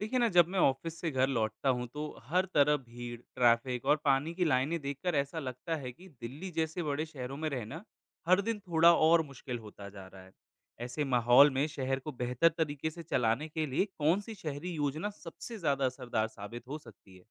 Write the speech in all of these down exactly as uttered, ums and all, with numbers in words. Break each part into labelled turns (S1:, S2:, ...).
S1: देखिए ना जब मैं ऑफिस से घर लौटता हूँ तो हर तरफ भीड़ ट्रैफिक और पानी की लाइनें देखकर ऐसा लगता है कि दिल्ली जैसे बड़े शहरों में रहना हर दिन थोड़ा और मुश्किल होता जा रहा है। ऐसे माहौल में शहर को बेहतर तरीके से चलाने के लिए कौन सी शहरी योजना सबसे ज्यादा असरदार साबित हो सकती है?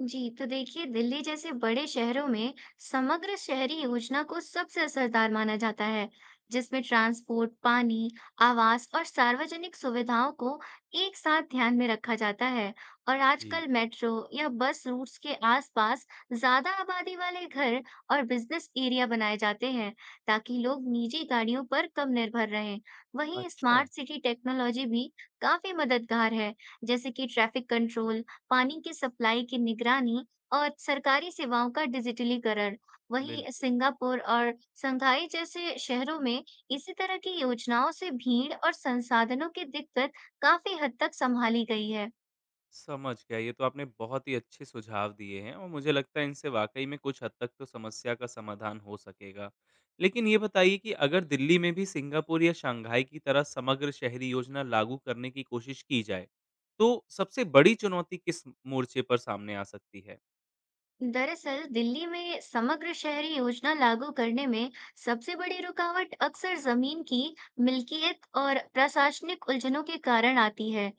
S2: जी तो देखिए, दिल्ली जैसे बड़े शहरों में समग्र शहरी योजना को सबसे असरदार माना जाता है, जिसमें ट्रांसपोर्ट, पानी, आवास और सार्वजनिक सुविधाओं को एक साथ ध्यान में रखा जाता है। और
S1: जी।
S2: आजकल मेट्रो या बस रूट्स के आसपास ज्यादा आबादी वाले घर और बिजनेस एरिया बनाए जाते हैं, ताकि लोग निजी गाड़ियों पर कम निर्भर रहें। वहीं
S1: अच्छा।
S2: स्मार्ट सिटी टेक्नोलॉजी भी काफी मददगार है, जैसे कि ट्रैफिक कंट्रोल, पानी की सप्लाई की निगरानी और सरकारी सेवाओं का डिजिटलीकरण। वहीं
S1: बिल्कुल।
S2: सिंगापुर और शंघाई जैसे शहरों में इसी तरह की योजनाओं से भीड़ और संसाधनों की दिक्कत काफी हद तक संभाली गई है।
S1: समझ गया। ये तो आपने बहुत ही अच्छे सुझाव दिए हैं और मुझे लगता है इनसे वाक़ई में कुछ हद तक तो समस्या का समाधान हो सकेगा। लेकिन ये बताइए कि अगर दिल्ली में भी सिंगापुर या शंघाई की तरह समग्र शहरी योजना लागू करने की कोशिश की जाए, तो सबसे बड़ी चुनौती किस मोर्चे पर सामने आ सकती है?
S2: दरअसल दिल्ली में समग्र शहरी योजना लागू करने में सबसे बड़ी रुकावट अक्सर जमीन की मिल्कियत और प्रशासनिक उलझनों के कारण आती है।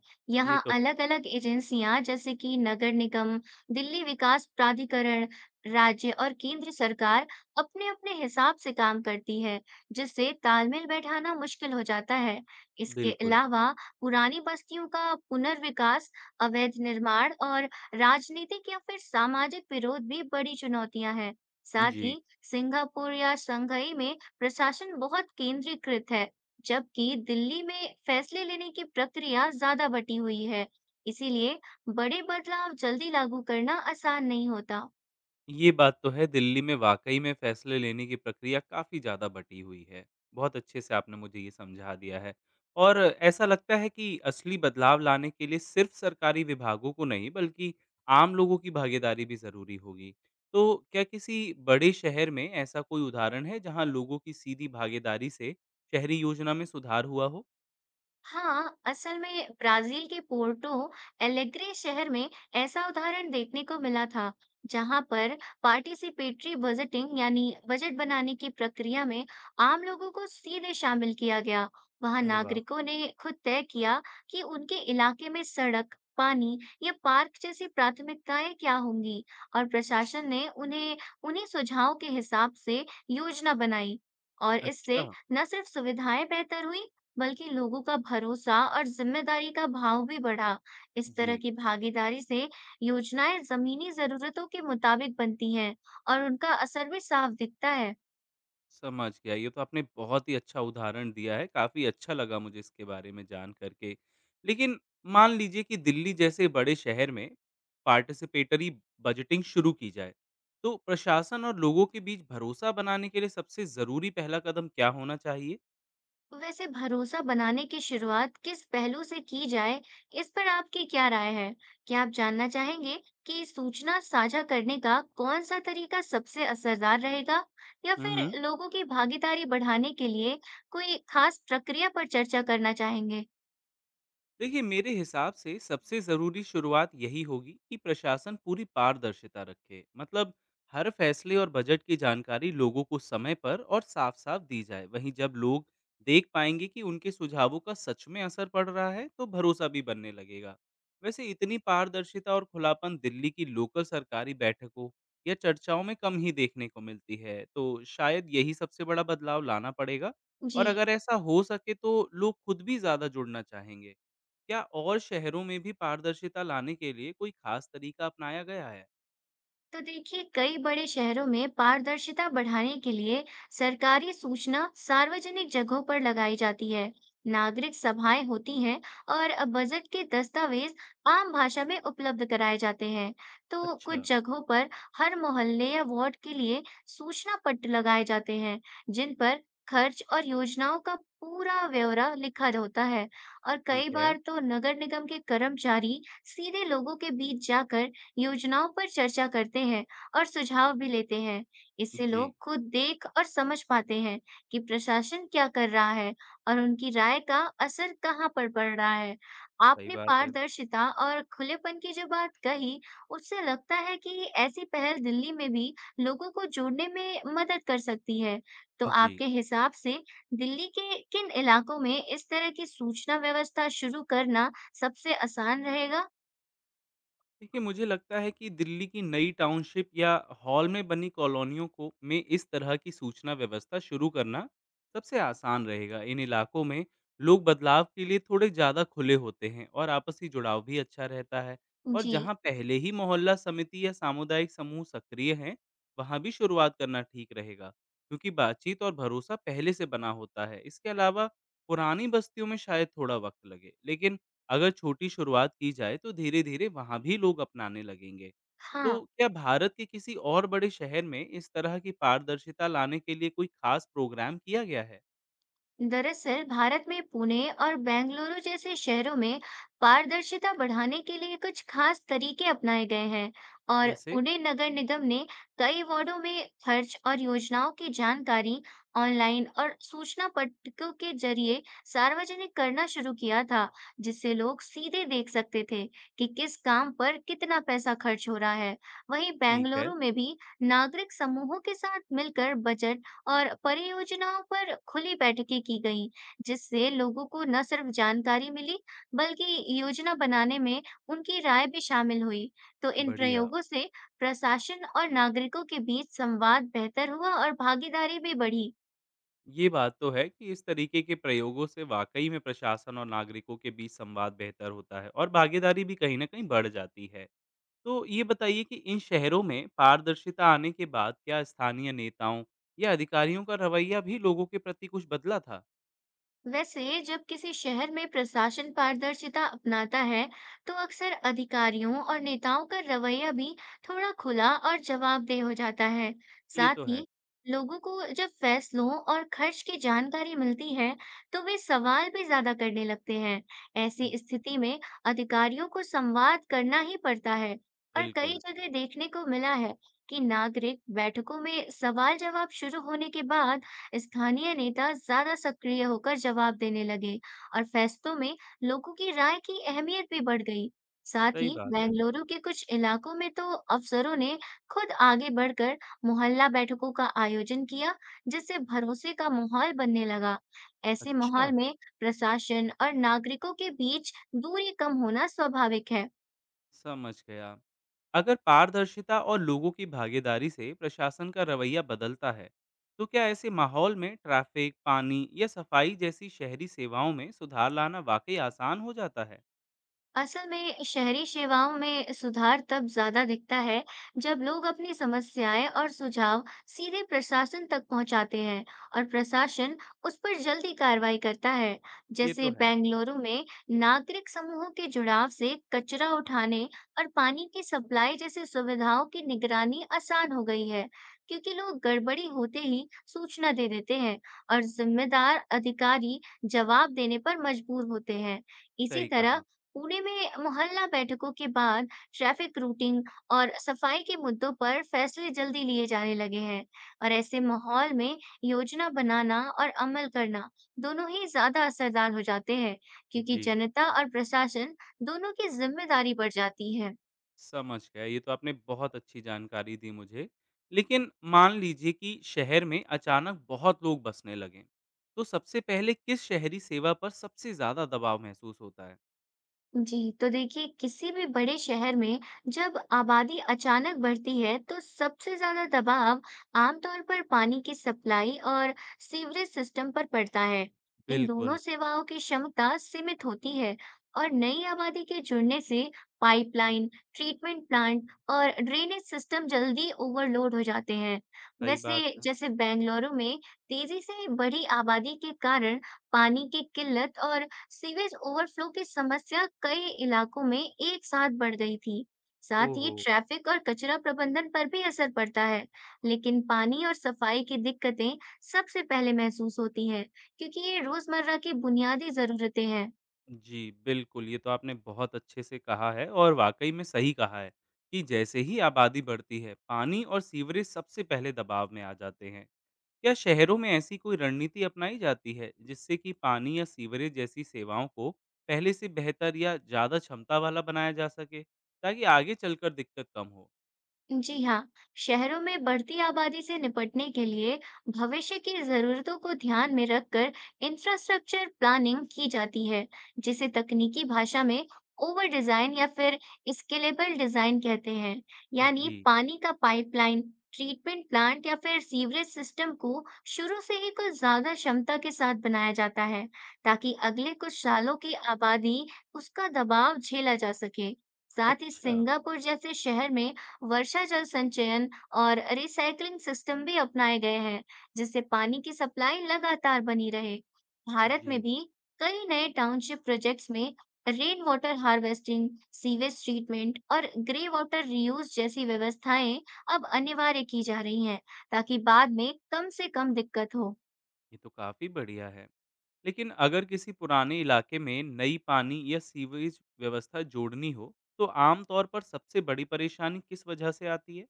S1: ये
S2: यहाँ
S1: तो है।
S2: अलग-अलग एजेंसियां जैसे कि नगर निगम, दिल्ली विकास प्राधिकरण, राज्य और केंद्र सरकार अपने-अपने हिसाब से काम करती है, जिससे तालमेल बैठाना मुश्किल हो जाता है। इसके
S1: बिल्कुल।
S2: अलावा पुरानी बस्तियों का पुनर्विकास, अवैध निर्माण और राजनीतिक या फिर सामाजिक विरोध भी बड़ी चुनौतियां हैं। साथ
S1: जी।
S2: ही सिंगापुर या शंघाई में प्रशासन बहुत केंद्रीकृत है, जबकि दिल्ली में फैसले लेने की प्रक्रिया ज्यादा बटी हुई है। इसीलिए बड़े बदलाव जल्दी लागू करना आसान नहीं होता।
S1: ये बात तो है, दिल्ली में वाकई में फैसले लेने की प्रक्रिया काफ़ी ज़्यादा बटी हुई है। बहुत अच्छे से आपने मुझे ये समझा दिया है, और ऐसा लगता है कि असली बदलाव लाने के लिए सिर्फ सरकारी विभागों को नहीं बल्कि आम लोगों की भागीदारी भी ज़रूरी होगी। तो क्या किसी बड़े शहर में ऐसा कोई उदाहरण है जहाँ लोगों की सीधी भागीदारी से शहरी योजना में सुधार हुआ हो?
S2: हाँ, असल में ब्राजील के पोर्टो एलेग्रे शहर में ऐसा उदाहरण देखने को मिला था, जहां पर पार्टिसिपेटरी बजटिंग यानी बजट बनाने की प्रक्रिया में आम लोगों को सीधे शामिल किया गया। वहां
S1: अरे वाह!
S2: नागरिकों ने खुद तय किया कि उनके इलाके में सड़क, पानी या पार्क जैसी प्राथमिकताएं क्या होंगी, और प्रशासन ने उन्हें उन्हीं सुझावों के हिसाब से योजना बनाई। और इससे
S1: अच्छा।
S2: न सिर्फ सुविधाएं बेहतर हुई, बल्कि लोगों का भरोसा और जिम्मेदारी का भाव भी बढ़ा। इस
S1: जी।
S2: तरह की भागीदारी से योजनाएं जमीनी जरूरतों के मुताबिक बनती हैं और उनका असर भी साफ दिखता है।
S1: समझ गया। ये तो आपने बहुत ही अच्छा उदाहरण दिया है, काफ़ी अच्छा लगा मुझे इसके बारे में जान करके। लेकिन मान लीजिए कि दिल्ली जैसे बड़े शहर में पार्टिसिपेटरी बजटिंग शुरू की जाए, तो प्रशासन और लोगों के बीच भरोसा बनाने के लिए सबसे ज़रूरी पहला कदम क्या होना चाहिए?
S2: वैसे भरोसा बनाने की शुरुआत किस पहलू से की जाए, इस पर आपकी क्या राय है? क्या आप जानना चाहेंगे कि सूचना साझा करने का कौन सा तरीका सबसे असरदार रहेगा? या
S1: हुँ, हुँ।
S2: फिर लोगों की भागीदारी बढ़ाने के लिए कोई खास प्रक्रिया पर चर्चा करना चाहेंगे?
S1: देखिए, मेरे हिसाब से सबसे ज़रूरी शुरुआत यही होगी कि प्रशासन पूरी पारदर्शिता रखे। मतलब हर फैसले और बजट की जानकारी लोगों को समय पर और साफ साफ दी जाए। वहीं जब लोग देख पाएंगे कि उनके सुझावों का सच में असर पड़ रहा है, तो भरोसा भी बनने लगेगा। वैसे इतनी पारदर्शिता और खुलापन दिल्ली की लोकल सरकारी बैठकों या चर्चाओं में कम ही देखने को मिलती है, तो शायद यही सबसे बड़ा बदलाव लाना पड़ेगा।
S2: जी।
S1: और अगर ऐसा हो सके तो लोग खुद भी ज़्यादा जुड़ना चाहेंगे। क्या और शहरों में भी पारदर्शिता लाने के लिए कोई खास तरीका अपनाया गया है?
S2: तो देखिए, कई बड़े शहरों में पारदर्शिता बढ़ाने के लिए सरकारी सूचना सार्वजनिक जगहों पर लगाई जाती है, नागरिक सभाएं होती हैं, और बजट के दस्तावेज आम भाषा में उपलब्ध कराए जाते हैं। तो
S1: अच्छा।
S2: कुछ जगहों पर हर मोहल्ले या वार्ड के लिए सूचना पट लगाए जाते हैं, जिन पर खर्च और योजनाओं का पूरा ब्यौरा लिखा होता है। और
S1: ठीक
S2: कई
S1: है।
S2: बार तो नगर निगम के कर्मचारी सीधे लोगों के बीच जाकर योजनाओं पर चर्चा करते हैं और सुझाव भी लेते हैं। इससे
S1: जी,
S2: लोग खुद देख और समझ पाते हैं कि प्रशासन क्या कर रहा है और उनकी राय का असर कहाँ पर पड़ रहा है।
S1: सही
S2: आपने
S1: बात है।
S2: पारदर्शिता और खुलेपन की जो बात कही, उससे लगता है कि ऐसी पहल दिल्ली में भी लोगों को जोड़ने में मदद कर सकती है। तो
S1: जी।
S2: आपके हिसाब से दिल्ली के किन इलाकों में इस तरह की सूचना व्यवस्था शुरू करना सबसे आसान रहेगा?
S1: देखिए, मुझे लगता है कि दिल्ली की नई टाउनशिप या हॉल में बनी कॉलोनियों को में इस तरह की सूचना व्यवस्था शुरू करना सबसे आसान रहेगा। इन इलाकों में लोग बदलाव के लिए थोड़े ज़्यादा खुले होते हैं और आपसी जुड़ाव भी अच्छा रहता है। और
S2: जी,
S1: जहाँ पहले ही मोहल्ला समिति या सामुदायिक समूह सक्रिय हैं, वहाँ भी शुरुआत करना ठीक रहेगा, क्योंकि बातचीत और भरोसा पहले से बना होता है। इसके अलावा पुरानी बस्तियों में शायद थोड़ा वक्त लगे, लेकिन अगर छोटी शुरुआत की जाए तो धीरे-धीरे वहाँ भी लोग अपनाने लगेंगे।
S2: हाँ।
S1: तो क्या भारत के किसी और बड़े शहर में इस तरह की पारदर्शिता लाने के लिए कोई खास प्रोग्राम किया गया है?
S2: दरअसल भारत में पुणे और बेंगलुरु जैसे शहरों में पारदर्शिता बढ़ाने के लिए कुछ खास तरीके अपनाए गए हैं। और
S1: जैसे?
S2: पुणे नगर निगम ने कई वार्डों में खर्च और योजनाओं की जानकारी ऑनलाइन और सूचना पट्टिकों के जरिए सार्वजनिक करना शुरू किया था, जिससे लोग सीधे देख सकते थे कि किस काम पर कितना पैसा खर्च हो रहा है। वहीं
S1: ठीक है।
S2: बेंगलुरु में भी नागरिक समूहों के साथ मिलकर बजट और परियोजनाओं पर खुली बैठकें की गई, जिससे लोगों को न सिर्फ जानकारी मिली, बल्कि योजना बनाने में उनकी राय भी शामिल हुई। तो इन
S1: बढ़िया।
S2: प्रयोगों से प्रशासन और नागरिकों के बीच संवाद बेहतर हुआ और भागीदारी भी बढ़ी।
S1: ये बात तो है कि इस तरीके के प्रयोगों से वाक़ई में प्रशासन और नागरिकों के बीच संवाद बेहतर होता है और भागीदारी भी कहीं न कहीं बढ़ जाती है। तो ये बताइए कि इन शहरों में पारदर्शिता आने के बाद क्या स्थानीय नेताओं या अधिकारियों का रवैया भी लोगों के प्रति कुछ बदला था?
S2: वैसे जब किसी शहर में प्रशासन पारदर्शिता अपनाता है, तो अक्सर अधिकारियों और नेताओं का रवैया भी थोड़ा खुला और जवाबदेह हो जाता है।
S1: ये
S2: साथ
S1: तो है।
S2: ही लोगों को जब फैसलों और खर्च की जानकारी मिलती है, तो वे सवाल भी ज्यादा करने लगते हैं। ऐसी
S1: हुँ,
S2: स्थिति में अधिकारियों को संवाद करना ही पड़ता है। और कई
S1: बिल्कुल,
S2: जगह देखने को मिला है कि नागरिक बैठकों में सवाल जवाब शुरू होने के बाद स्थानीय नेता ज्यादा सक्रिय होकर जवाब देने लगे और फैसलों में लोगों की राय की अहमियत भी बढ़ गई। साथ
S1: सही
S2: ही
S1: बात है।
S2: बेंगलुरु के कुछ इलाकों में तो अफसरों ने खुद आगे बढ़कर मोहल्ला बैठकों का आयोजन किया, जिससे भरोसे का माहौल बनने लगा। ऐसे
S1: अच्छा।
S2: माहौल में प्रशासन और नागरिकों के बीच दूरी कम होना स्वाभाविक है।
S1: समझ गया। अगर पारदर्शिता और लोगों की भागीदारी से प्रशासन का रवैया बदलता है, तो क्या ऐसे माहौल में ट्रैफ़िक, पानी या सफाई जैसी शहरी सेवाओं में सुधार लाना वाक़ई आसान हो जाता है?
S2: असल में शहरी सेवाओं में सुधार तब ज्यादा दिखता है जब लोग अपनी समस्याएं और सुझाव सीधे प्रशासन तक पहुंचाते हैं और प्रशासन उस पर जल्दी कार्रवाई करता है।
S1: ये तो
S2: जैसे
S1: है,
S2: बेंगलुरु में नागरिक समूहों के जुड़ाव से कचरा उठाने और पानी की सप्लाई जैसी सुविधाओं की निगरानी आसान हो गई है, क्योंकि लोग गड़बड़ी होते ही सूचना दे देते हैं और जिम्मेदार अधिकारी जवाब देने पर मजबूर होते हैं। इसी
S1: सही
S2: तरह
S1: कहा।
S2: पुणे में मोहल्ला बैठकों के बाद ट्रैफिक रूटिंग और सफाई के मुद्दों पर फैसले जल्दी लिए जाने लगे हैं। और ऐसे माहौल में योजना बनाना और अमल करना दोनों ही ज्यादा असरदार हो जाते हैं, क्योंकि
S1: जी,
S2: जनता और प्रशासन दोनों की जिम्मेदारी बढ़ जाती है।
S1: समझ गया। ये तो आपने बहुत अच्छी जानकारी दी मुझे। लेकिन मान लीजिए कि शहर में अचानक बहुत लोग बसने लगें, तो सबसे पहले किस शहरी सेवा पर सबसे ज़्यादा दबाव महसूस होता है?
S2: जी, तो देखिए, किसी भी बड़े शहर में जब आबादी अचानक बढ़ती है तो सबसे ज्यादा दबाव आमतौर पर पानी की सप्लाई और सीवरेज सिस्टम पर पड़ता है। इन दोनों
S1: बिल्कुल,
S2: सेवाओं की क्षमता सीमित होती है और नई आबादी के जुड़ने से पाइपलाइन, ट्रीटमेंट प्लांट और ड्रेनेज सिस्टम जल्दी ओवरलोड हो जाते हैं।
S1: सही
S2: वैसे
S1: बात है।
S2: जैसे बेंगलुरु में तेजी से बढ़ी आबादी के कारण पानी की किल्लत और सीवेज ओवरफ्लो की समस्या कई इलाकों में एक साथ बढ़ गई थी। साथ ही
S1: ओहो!
S2: ट्रैफिक और कचरा प्रबंधन पर भी असर पड़ता है, लेकिन पानी और सफाई की दिक्कतें सबसे पहले महसूस होती हैं, क्योंकि ये रोजमर्रा की बुनियादी जरूरतें हैं।
S1: जी, बिल्कुल, ये तो आपने बहुत अच्छे से कहा है और वाक़ई में सही कहा है कि जैसे ही आबादी बढ़ती है, पानी और सीवरेज सबसे पहले दबाव में आ जाते हैं। क्या शहरों में ऐसी कोई रणनीति अपनाई जाती है, जिससे कि पानी या सीवरेज जैसी सेवाओं को पहले से बेहतर या ज़्यादा क्षमता वाला बनाया जा सके, ताकि आगे चलकर दिक्कत कम हो?
S2: जी हाँ, शहरों में बढ़ती आबादी से निपटने के लिए भविष्य की जरूरतों को ध्यान में रखकर इंफ्रास्ट्रक्चर प्लानिंग की जाती है, जिसे तकनीकी भाषा में ओवर डिजाइन या फिर स्केलेबल डिजाइन कहते हैं। यानी
S1: जी,
S2: पानी का पाइपलाइन, ट्रीटमेंट प्लांट या फिर सीवरेज सिस्टम को शुरू से ही कुछ ज्यादा क्षमता के साथ बनाया जाता है, ताकि अगले कुछ सालों की आबादी उसका दबाव झेला जा सके। साथ ही
S1: अच्छा।
S2: सिंगापुर जैसे शहर में वर्षा जल संचयन और रिसाइकलिंग सिस्टम भी अपनाए गए हैं, जिससे पानी की सप्लाई लगातार बनी रहे। भारत
S1: जी।
S2: में भी कई नए टाउनशिप प्रोजेक्ट्स में rain water harvesting, sewage treatment और ग्रे वाटर रीयूज जैसी व्यवस्थाएं अब अनिवार्य की जा रही हैं, ताकि बाद में कम से कम दिक्कत हो।
S1: ये तो काफी बढ़िया है। लेकिन अगर किसी पुराने इलाके में नई पानी या सीवेज व्यवस्था जोड़नी हो, तो आम तौर पर सबसे बड़ी परेशानी किस वजह से आती है?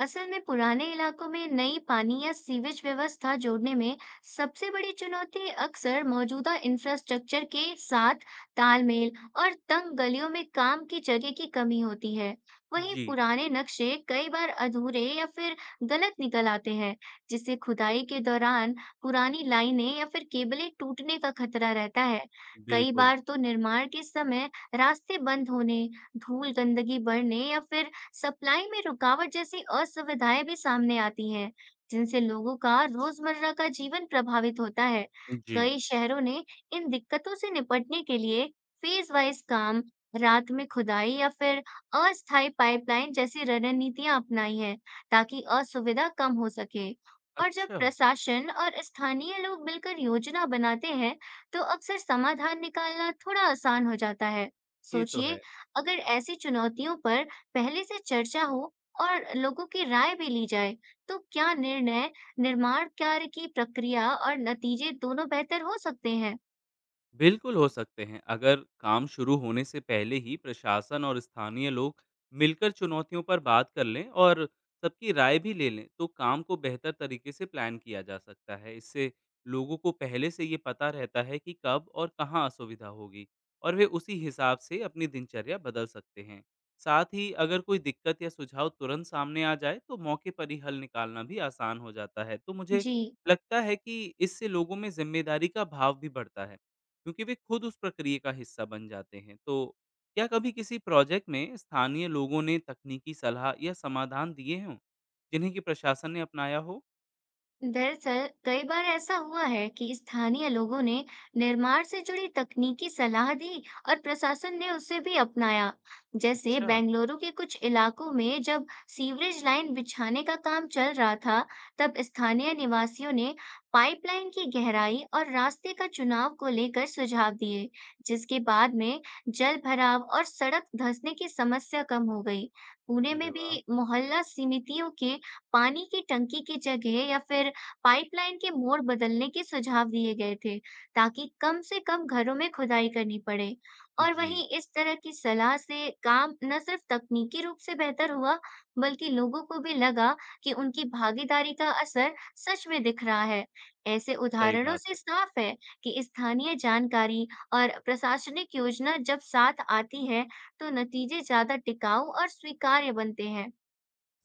S2: असल में पुराने इलाकों में नई पानी या सीवेज व्यवस्था जोड़ने में सबसे बड़ी चुनौती अक्सर मौजूदा इंफ्रास्ट्रक्चर के साथ तालमेल और तंग गलियों में काम की जगह की कमी होती है। वहीं
S1: जी,
S2: पुराने नक्शे कई बार अधूरे या फिर गलत निकल आते हैं, जिससे खुदाई के दौरान पुरानी लाइनें या फिर केबलें टूटने का खतरा रहता है। कई
S1: बिल्कुल।
S2: बार तो निर्माण के समय रास्ते बंद होने, धूल गंदगी बढ़ने या फिर सप्लाई में रुकावट जैसी असुविधाएं भी सामने आती हैं, जिनसे लोगों का रोजमर्रा का जीवन प्रभावित होता है।
S1: जी,
S2: कई शहरों ने इन दिक्कतों से निपटने के लिए फेज वाइज काम, रात में खुदाई या फिर अस्थायी पाइपलाइन जैसी रणनीतियां अपनाई हैं, ताकि असुविधा कम हो सके। और जब
S1: अच्छा,
S2: प्रशासन और स्थानीय लोग मिलकर योजना बनाते हैं, तो अक्सर समाधान निकालना थोड़ा आसान हो जाता है।
S1: ये तो
S2: सोचिए,
S1: है।
S2: अगर ऐसी चुनौतियों पर पहले से चर्चा हो और लोगों की राय भी ली जाए, तो क्या निर्णय, निर्माण कार्य की प्रक्रिया और नतीजे दोनों बेहतर हो सकते हैं?
S1: बिल्कुल हो सकते हैं। अगर काम शुरू होने से पहले ही प्रशासन और स्थानीय लोग मिलकर चुनौतियों पर बात कर लें और सबकी राय भी ले लें, तो काम को बेहतर तरीके से प्लान किया जा सकता है। इससे लोगों को पहले से ये पता रहता है कि कब और कहाँ असुविधा होगी और वे उसी हिसाब से अपनी दिनचर्या बदल सकते हैं। साथ ही अगर कोई दिक्कत या सुझाव तुरंत सामने आ जाए, तो मौके पर ही हल निकालना भी आसान हो जाता है। तो मुझे
S2: जी।
S1: लगता है कि इससे लोगों में ज़िम्मेदारी का भाव भी बढ़ता है, क्योंकि वे खुद उस प्रक्रिया का हिस्सा बन जाते हैं। तो क्या कभी किसी प्रोजेक्ट में स्थानीय लोगों ने तकनीकी सलाह या समाधान दिए हों, जिन्हें कि प्रशासन ने अपनाया हो?
S2: दरअसल कई बार ऐसा हुआ है कि स्थानीय लोगों ने निर्माण से जुड़ी तकनीकी सलाह दी और प्रशासन ने उसे भी अपनाया। जैसे
S1: अच्छा,
S2: बेंगलुरु के कुछ इलाकों में जब सीवरेज लाइन बिछाने का काम चल रहा था, तब स्थानीय निवासियों ने पाइपलाइन की गहराई और रास्ते का चुनाव को लेकर सुझाव दिए, जिसके बाद में जल भराव और सड़क धंसने की समस्या कम हो गई। पुणे
S1: अरे
S2: में
S1: वाह!
S2: भी मोहल्ला समितियों के पानी की टंकी की जगह या फिर पाइपलाइन के मोड़ बदलने के सुझाव दिए गए थे, ताकि कम से कम घरों में खुदाई करनी पड़े। और
S1: जी,
S2: वहीं इस तरह की सलाह से काम न सिर्फ तकनीकी रूप से बेहतर हुआ, बल्कि लोगों को भी लगा कि उनकी भागीदारी का असर सच में दिख रहा है। ऐसे
S1: सही
S2: उदाहरणों
S1: बात
S2: से
S1: है।
S2: साफ है कि स्थानीय जानकारी और प्रशासनिक योजना जब साथ आती है तो नतीजे ज्यादा टिकाऊ और स्वीकार्य बनते हैं।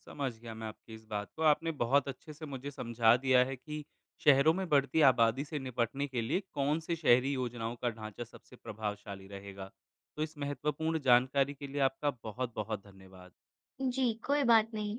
S1: समझ गया मैं आपकी इस बात को। आपने बहुत अच्छे से मुझे समझा दिया है कि शहरों में बढ़ती आबादी से निपटने के लिए कौन से शहरी योजनाओं का ढांचा सबसे प्रभावशाली रहेगा। तो इस महत्वपूर्ण जानकारी के लिए आपका बहुत-बहुत धन्यवाद।
S2: जी, कोई बात नहीं।